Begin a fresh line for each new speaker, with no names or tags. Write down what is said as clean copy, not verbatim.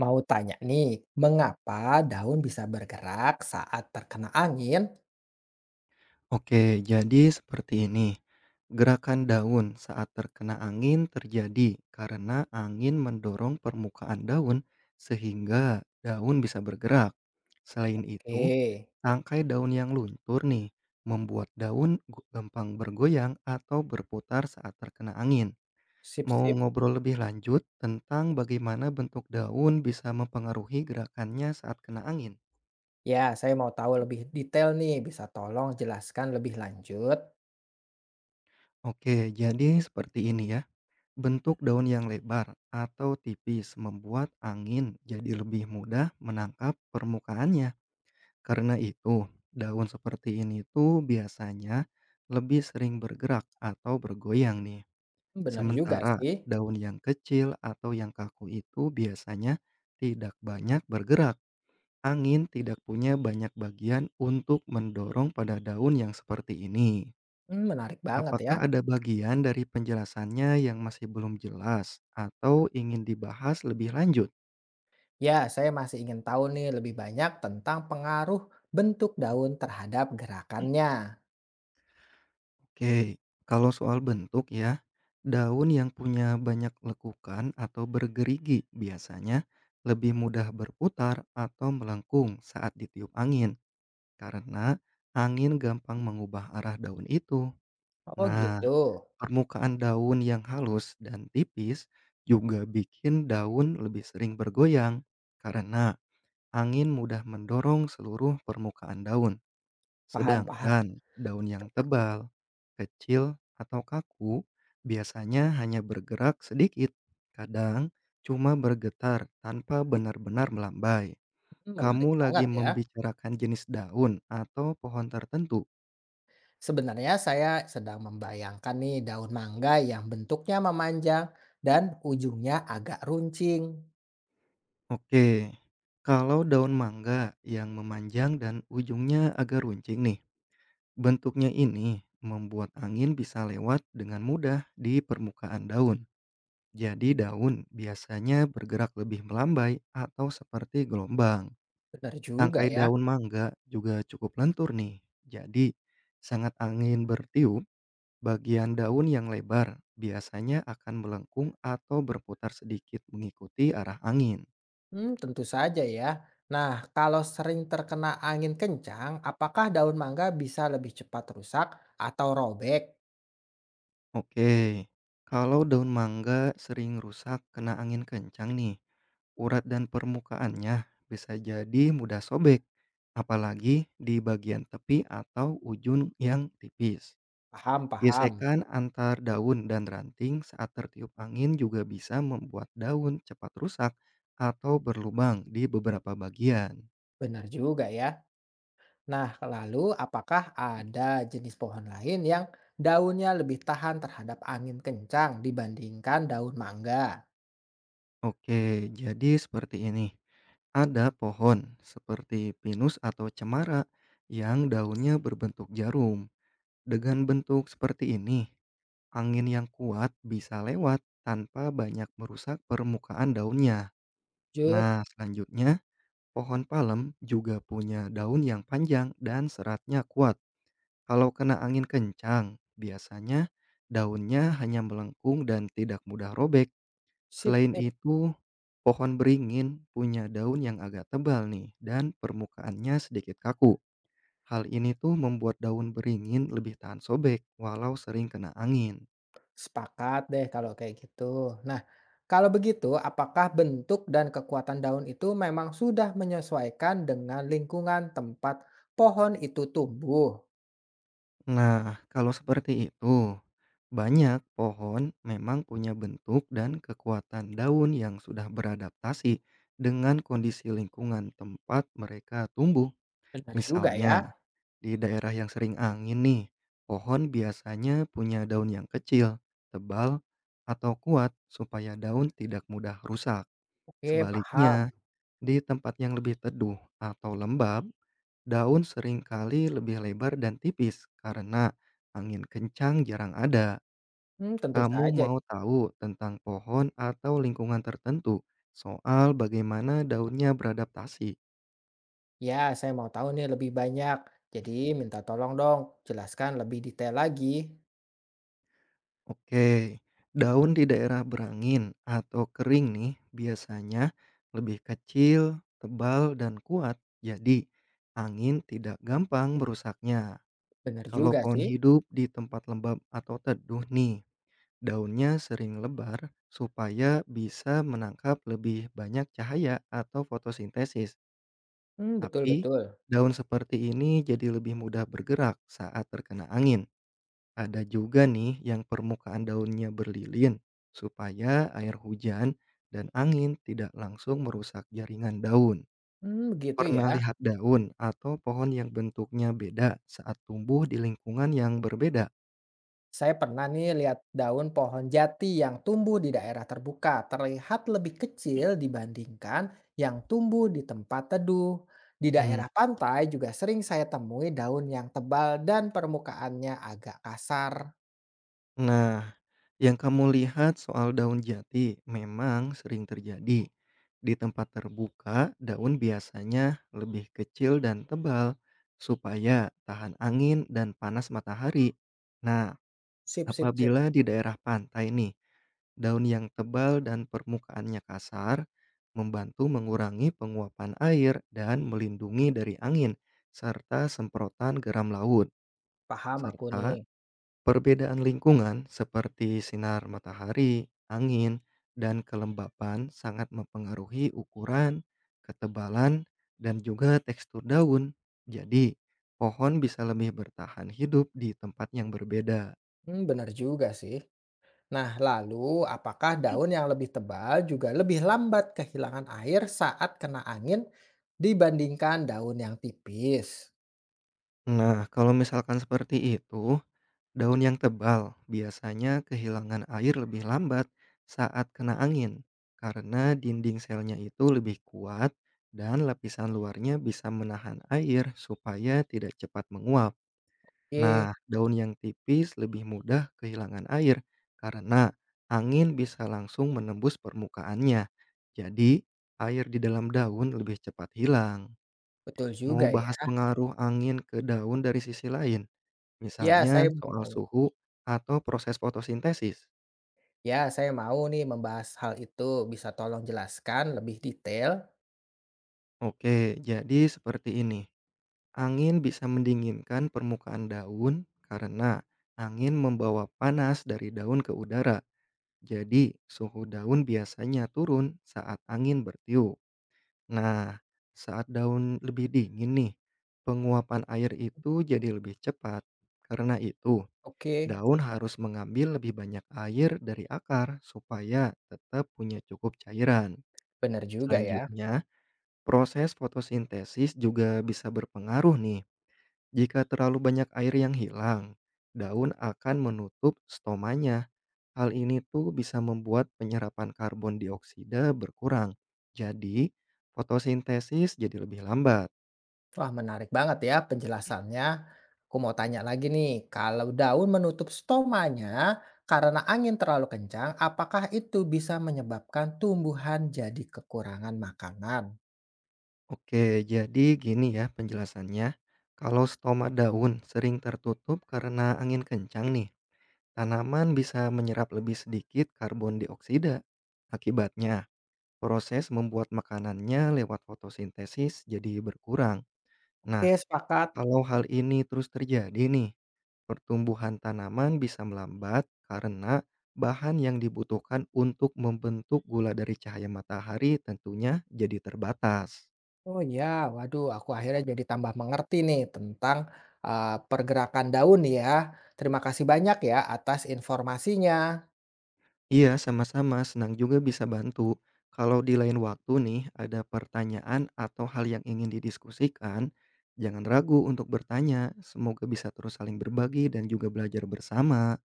Mau tanya nih, mengapa daun bisa bergerak saat terkena angin?
Oke, jadi seperti ini. Gerakan daun saat terkena angin terjadi karena angin mendorong permukaan daun sehingga daun bisa bergerak. Selain itu,
Oke,
tangkai daun yang luntur nih membuat daun gampang bergoyang atau berputar saat terkena angin.
sip
Mau
sip.
ngobrol lebih lanjut tentang bagaimana bentuk daun bisa mempengaruhi gerakannya saat kena angin?
Ya, saya mau tahu lebih detail nih, bisa tolong jelaskan lebih lanjut?
Oke, jadi seperti ini ya. Bentuk daun yang lebar atau tipis membuat angin jadi lebih mudah menangkap permukaannya. Karena itu, daun seperti ini tuh biasanya lebih sering bergerak atau bergoyang nih.
Hmm, benar juga
Sementara
sih.
daun yang kecil atau yang kaku itu biasanya tidak banyak bergerak. Angin tidak punya banyak bagian untuk mendorong pada daun yang seperti ini.
Hmm, menarik banget ya.
Apakah ada bagian dari penjelasannya yang masih belum jelas atau ingin dibahas lebih lanjut?
Ya, saya masih ingin tahu nih lebih banyak tentang pengaruh bentuk daun terhadap gerakannya.
Oke, kalau soal bentuk ya, daun yang punya banyak lekukan atau bergerigi biasanya lebih mudah berputar atau melengkung saat ditiup angin karena angin gampang mengubah arah daun itu.
Oh
Nah,
gitu.
permukaan daun yang halus dan tipis juga bikin daun lebih sering bergoyang karena angin mudah mendorong seluruh permukaan daun,
Paham, paham.
sedangkan daun yang tebal, kecil, atau kaku biasanya hanya bergerak sedikit, kadang cuma bergetar tanpa benar-benar melambai.
Hmm,
Kamu
menarik
lagi
banget ya.
membicarakan jenis daun atau pohon tertentu?
Sebenarnya saya sedang membayangkan nih daun mangga yang bentuknya memanjang dan ujungnya agak runcing.
Oke, kalau daun mangga yang memanjang dan ujungnya agak runcing nih, bentuknya ini membuat angin bisa lewat dengan mudah di permukaan daun. Jadi daun biasanya bergerak lebih melambai atau seperti gelombang.
Benar juga
Tangkai
ya.
daun mangga juga cukup lentur nih. Jadi sangat angin bertiup, bagian daun yang lebar biasanya akan melengkung atau berputar sedikit mengikuti arah angin.
Hmm, tentu saja ya. Nah, kalau sering terkena angin kencang, apakah daun mangga bisa lebih cepat rusak atau robek?
Oke, kalau daun mangga sering rusak kena angin kencang nih, urat dan permukaannya bisa jadi mudah sobek, apalagi di bagian tepi atau ujung yang tipis.
Paham, paham.
Gesekan antar daun dan ranting saat tertiup angin juga bisa membuat daun cepat rusak atau berlubang di beberapa bagian.
Benar juga ya. Nah, lalu apakah ada jenis pohon lain yang daunnya lebih tahan terhadap angin kencang dibandingkan daun mangga?
Oke, jadi seperti ini. Ada pohon seperti pinus atau cemara yang daunnya berbentuk jarum. Dengan bentuk seperti ini, angin yang kuat bisa lewat tanpa banyak merusak permukaan daunnya.
Lanjut,
Nah, selanjutnya, pohon palem juga punya daun yang panjang dan seratnya kuat. Kalau kena angin kencang, biasanya daunnya hanya melengkung dan tidak mudah robek.
sip,
Selain
sip.
itu, pohon beringin punya daun yang agak tebal nih dan permukaannya sedikit kaku. Hal ini tuh membuat daun beringin lebih tahan sobek walau sering kena angin.
Sepakat deh kalau kayak gitu. Nah, kalau begitu, apakah bentuk dan kekuatan daun itu memang sudah menyesuaikan dengan lingkungan tempat pohon itu tumbuh?
Nah, kalau seperti itu, banyak pohon memang punya bentuk dan kekuatan daun yang sudah beradaptasi dengan kondisi lingkungan tempat mereka tumbuh.
Benar juga ya.
Misalnya, di daerah yang sering angin nih, pohon biasanya punya daun yang kecil, tebal, atau kuat supaya daun tidak mudah rusak.
Oke, paham.
Sebaliknya, di tempat yang lebih teduh atau lembab, daun seringkali lebih lebar dan tipis karena angin kencang jarang ada.
Hmm, tentu
Kamu
saja.
mau tahu tentang pohon atau lingkungan tertentu soal bagaimana daunnya beradaptasi?
Ya, saya mau tahu nih lebih banyak. Jadi minta tolong dong, jelaskan lebih detail lagi.
Oke, daun di daerah berangin atau kering nih biasanya lebih kecil, tebal, dan kuat. Jadi, angin tidak gampang merusaknya.
Benar
Kalau
juga
pohon
sih.
hidup di tempat lembab atau teduh nih, daunnya sering lebar supaya bisa menangkap lebih banyak cahaya atau fotosintesis.
Hmm,
Tapi,
betul-betul.
daun seperti ini jadi lebih mudah bergerak saat terkena angin. Ada juga nih yang permukaan daunnya berlilin supaya air hujan dan angin tidak langsung merusak jaringan daun.
Hmm, begitu
Pernah
ya.
lihat daun atau pohon yang bentuknya beda saat tumbuh di lingkungan yang berbeda?
Saya pernah nih lihat daun pohon jati yang tumbuh di daerah terbuka terlihat lebih kecil dibandingkan yang tumbuh di tempat teduh. Di
Mm.
daerah pantai juga sering saya temui daun yang tebal dan permukaannya agak kasar.
Nah, yang kamu lihat soal daun jati memang sering terjadi. Di tempat terbuka, daun biasanya lebih kecil dan tebal supaya tahan angin dan panas matahari. Nah,
Sip, sip, sip.
apabila di daerah pantai nih, daun yang tebal dan permukaannya kasar membantu mengurangi penguapan air dan melindungi dari angin serta semprotan geram laut.
Paham aku
Serta
nih.
perbedaan lingkungan seperti sinar matahari, angin, dan kelembapan sangat mempengaruhi ukuran, ketebalan, dan juga tekstur daun. Jadi, pohon bisa lebih bertahan hidup di tempat yang berbeda.
Hmm, benar juga sih. Nah, lalu apakah daun yang lebih tebal juga lebih lambat kehilangan air saat kena angin dibandingkan daun yang tipis?
Nah, kalau misalkan seperti itu, daun yang tebal biasanya kehilangan air lebih lambat saat kena angin karena dinding selnya itu lebih kuat dan lapisan luarnya bisa menahan air supaya tidak cepat menguap.
Oke,
Nah, daun yang tipis lebih mudah kehilangan air karena angin bisa langsung menembus permukaannya. Jadi, air di dalam daun lebih cepat hilang.
betul
Mau
juga ya.
bahas pengaruh angin ke daun dari sisi lain?
Ya,
Misalnya
saya mau
soal
mau.
suhu atau proses fotosintesis.
Ya, saya mau nih membahas hal itu. Bisa tolong jelaskan lebih detail?
Oke, jadi seperti ini. Angin bisa mendinginkan permukaan daun karena angin membawa panas dari daun ke udara. Jadi, suhu daun biasanya turun saat angin bertiup. Nah, saat daun lebih dingin nih, penguapan air itu jadi lebih cepat. Karena itu,
Oke,
daun harus mengambil lebih banyak air dari akar supaya tetap punya cukup cairan.
benar juga ya.
Selanjutnya, proses fotosintesis juga bisa berpengaruh nih. Jika terlalu banyak air yang hilang, daun akan menutup stomanya. Hal ini tuh bisa membuat penyerapan karbon dioksida berkurang. Jadi, fotosintesis jadi lebih lambat.
Wah, menarik banget ya penjelasannya. Aku mau tanya lagi nih, kalau daun menutup stomanya karena angin terlalu kencang, apakah itu bisa menyebabkan tumbuhan jadi kekurangan makanan?
Oke, jadi gini ya penjelasannya. Kalau stoma daun sering tertutup karena angin kencang nih, tanaman bisa menyerap lebih sedikit karbon dioksida. Akibatnya, proses membuat makanannya lewat fotosintesis jadi berkurang. Nah,
Oke, sepakat.
kalau hal ini terus terjadi nih, pertumbuhan tanaman bisa melambat karena bahan yang dibutuhkan untuk membentuk gula dari cahaya matahari tentunya jadi terbatas.
Oh ya, waduh aku akhirnya jadi tambah mengerti nih tentang pergerakan daun ya. Terima kasih banyak ya atas informasinya.
Iya, sama-sama senang juga bisa bantu. Kalau di lain waktu nih ada pertanyaan atau hal yang ingin didiskusikan, jangan ragu untuk bertanya. Semoga bisa terus saling berbagi dan juga belajar bersama.